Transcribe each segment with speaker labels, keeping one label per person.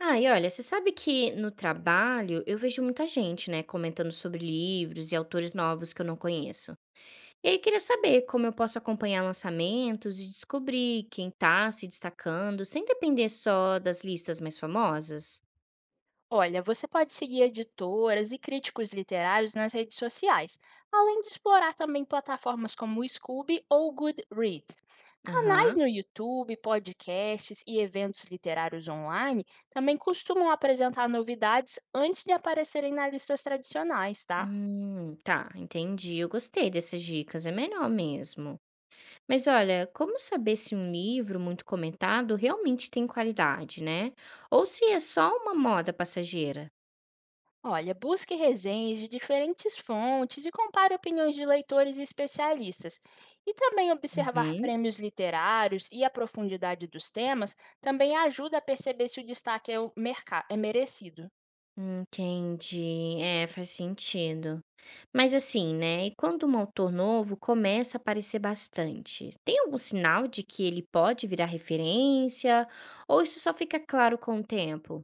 Speaker 1: Ah, e olha, você sabe que no trabalho eu vejo muita gente, né, comentando sobre livros e autores novos que eu não conheço. E aí eu queria saber como eu posso acompanhar lançamentos e descobrir quem tá se destacando, sem depender só das listas mais famosas.
Speaker 2: Olha, você pode seguir editoras e críticos literários nas redes sociais, além de explorar também plataformas como o Scoob ou o Goodreads. Canais
Speaker 1: Aham.
Speaker 2: no YouTube, podcasts e eventos literários online também costumam apresentar novidades antes de aparecerem nas listas tradicionais, tá?
Speaker 1: Tá, entendi. Eu gostei dessas dicas, é melhor mesmo. Mas olha, como saber se um livro muito comentado realmente tem qualidade, né? Ou se é só uma moda passageira?
Speaker 2: Olha, busque resenhas de diferentes fontes e compare opiniões de leitores e especialistas. E também observar
Speaker 1: Uhum.
Speaker 2: prêmios literários e a profundidade dos temas também ajuda a perceber se o destaque é merecido.
Speaker 1: Entendi. É, faz sentido. Mas assim, né? E quando o motor novo começa a aparecer bastante, tem algum sinal de que ele pode virar referência? Ou isso só fica claro com o tempo?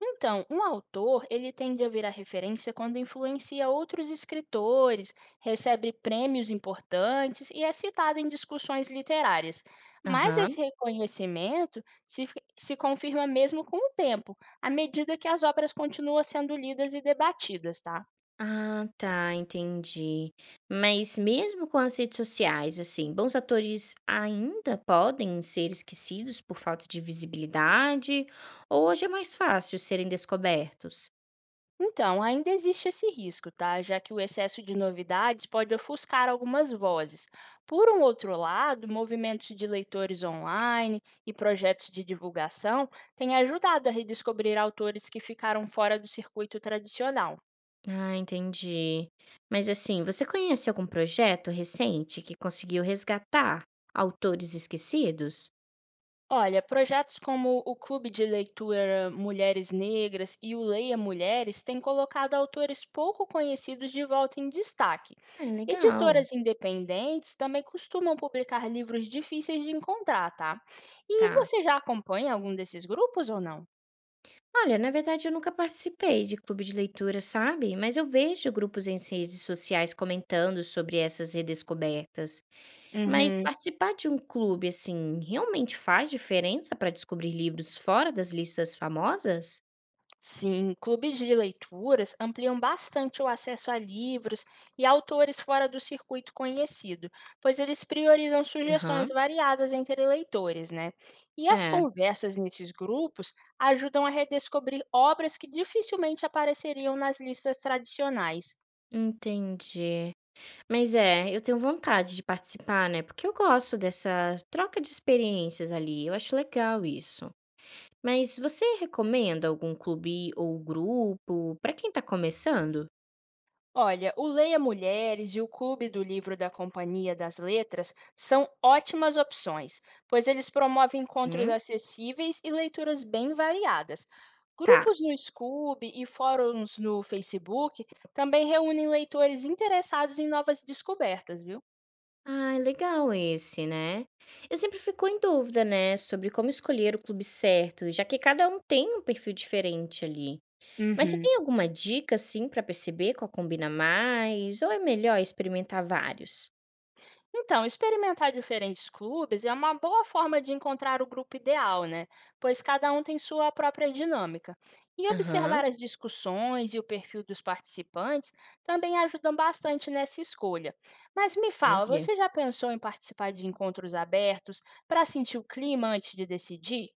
Speaker 2: Então, um autor, ele tende a virar referência quando influencia outros escritores, recebe prêmios importantes e é citado em discussões literárias. Mas
Speaker 1: Aham.
Speaker 2: esse reconhecimento se confirma mesmo com o tempo, à medida que as obras continuam sendo lidas e debatidas, tá?
Speaker 1: Ah, tá, entendi. Mas mesmo com as redes sociais, assim, bons atores ainda podem ser esquecidos por falta de visibilidade? Ou hoje é mais fácil serem descobertos?
Speaker 2: Então, ainda existe esse risco, tá? Já que o excesso de novidades pode ofuscar algumas vozes. Por um outro lado, movimentos de leitores online e projetos de divulgação têm ajudado a redescobrir autores que ficaram fora do circuito tradicional.
Speaker 1: Ah, entendi. Mas assim, você conhece algum projeto recente que conseguiu resgatar autores esquecidos?
Speaker 2: Olha, projetos como o Clube de Leitura Mulheres Negras e o Leia Mulheres têm colocado autores pouco conhecidos de volta em destaque.
Speaker 1: Ah, legal,
Speaker 2: Editoras independentes também costumam publicar livros difíceis de encontrar, tá? E
Speaker 1: tá.
Speaker 2: você já acompanha algum desses grupos ou não?
Speaker 1: Olha, na verdade eu nunca participei de clube de leitura, sabe? Mas eu vejo grupos em redes sociais comentando sobre essas redescobertas. Mas
Speaker 2: Uhum.
Speaker 1: participar de um clube, assim, realmente faz diferença para descobrir livros fora das listas famosas?
Speaker 2: Sim, clubes de leituras ampliam bastante o acesso a livros e autores fora do circuito conhecido, pois eles priorizam sugestões
Speaker 1: Aham,
Speaker 2: variadas entre leitores, né? E as
Speaker 1: é,
Speaker 2: conversas nesses grupos ajudam a redescobrir obras que dificilmente apareceriam nas listas tradicionais.
Speaker 1: entendi. Mas é, eu tenho vontade de participar, né, porque eu gosto dessa troca de experiências ali, eu acho legal isso. Mas você recomenda algum clube ou grupo para quem tá começando?
Speaker 2: Olha, o Leia Mulheres e o Clube do Livro da Companhia das Letras são ótimas opções, pois eles promovem encontros
Speaker 1: Hum,
Speaker 2: acessíveis e leituras bem variadas.
Speaker 1: tá.
Speaker 2: Grupos no Scoob e fóruns no Facebook também reúnem leitores interessados em novas descobertas, viu?
Speaker 1: Ah, é legal esse, né? Eu sempre fico em dúvida, né, sobre como escolher o clube certo, já que cada um tem um perfil diferente ali. Mas você
Speaker 2: Uhum.
Speaker 1: tem alguma dica, assim, para perceber qual combina mais? Ou é melhor experimentar vários?
Speaker 2: Então, experimentar diferentes clubes é uma boa forma de encontrar o grupo ideal, né? Pois cada um tem sua própria dinâmica. E
Speaker 1: Aham,
Speaker 2: observar as discussões e o perfil dos participantes também ajudam bastante nessa escolha. Mas me fala,
Speaker 1: entendi.
Speaker 2: você já pensou em participar de encontros abertos para sentir o clima antes de decidir?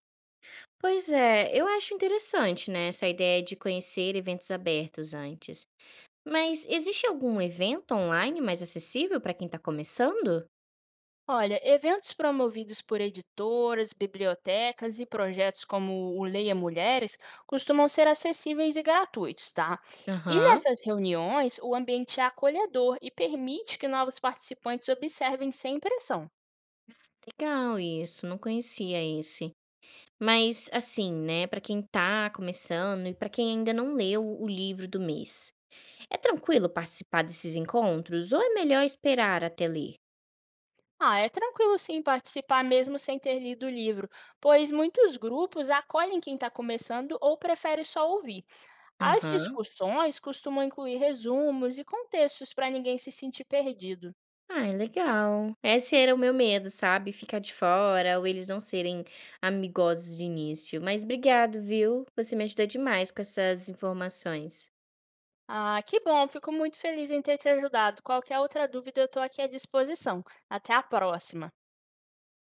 Speaker 1: Pois é, eu acho interessante, né, essa ideia de conhecer eventos abertos antes. Mas existe algum evento online mais acessível para quem está começando?
Speaker 2: Olha, eventos promovidos por editoras, bibliotecas e projetos como o Leia Mulheres costumam ser acessíveis e gratuitos, tá? E
Speaker 1: Aham,
Speaker 2: nessas reuniões, o ambiente é acolhedor e permite que novos participantes observem sem pressão.
Speaker 1: legal isso, não conhecia esse. Mas assim, né, para quem está começando e para quem ainda não leu o livro do mês, é tranquilo participar desses encontros ou é melhor esperar até ler?
Speaker 2: Ah, é tranquilo sim participar mesmo sem ter lido o livro, pois muitos grupos acolhem quem está começando ou prefere só ouvir. As
Speaker 1: Aham.
Speaker 2: discussões costumam incluir resumos e contextos para ninguém se sentir perdido.
Speaker 1: Ai, legal. Esse era o meu medo, sabe, ficar de fora ou eles não serem amigosos de início. Mas obrigado, viu? Você me ajudou demais com essas informações.
Speaker 2: Ah, que bom, fico muito feliz em ter te ajudado. Qualquer outra dúvida, eu estou aqui à disposição. Até a próxima.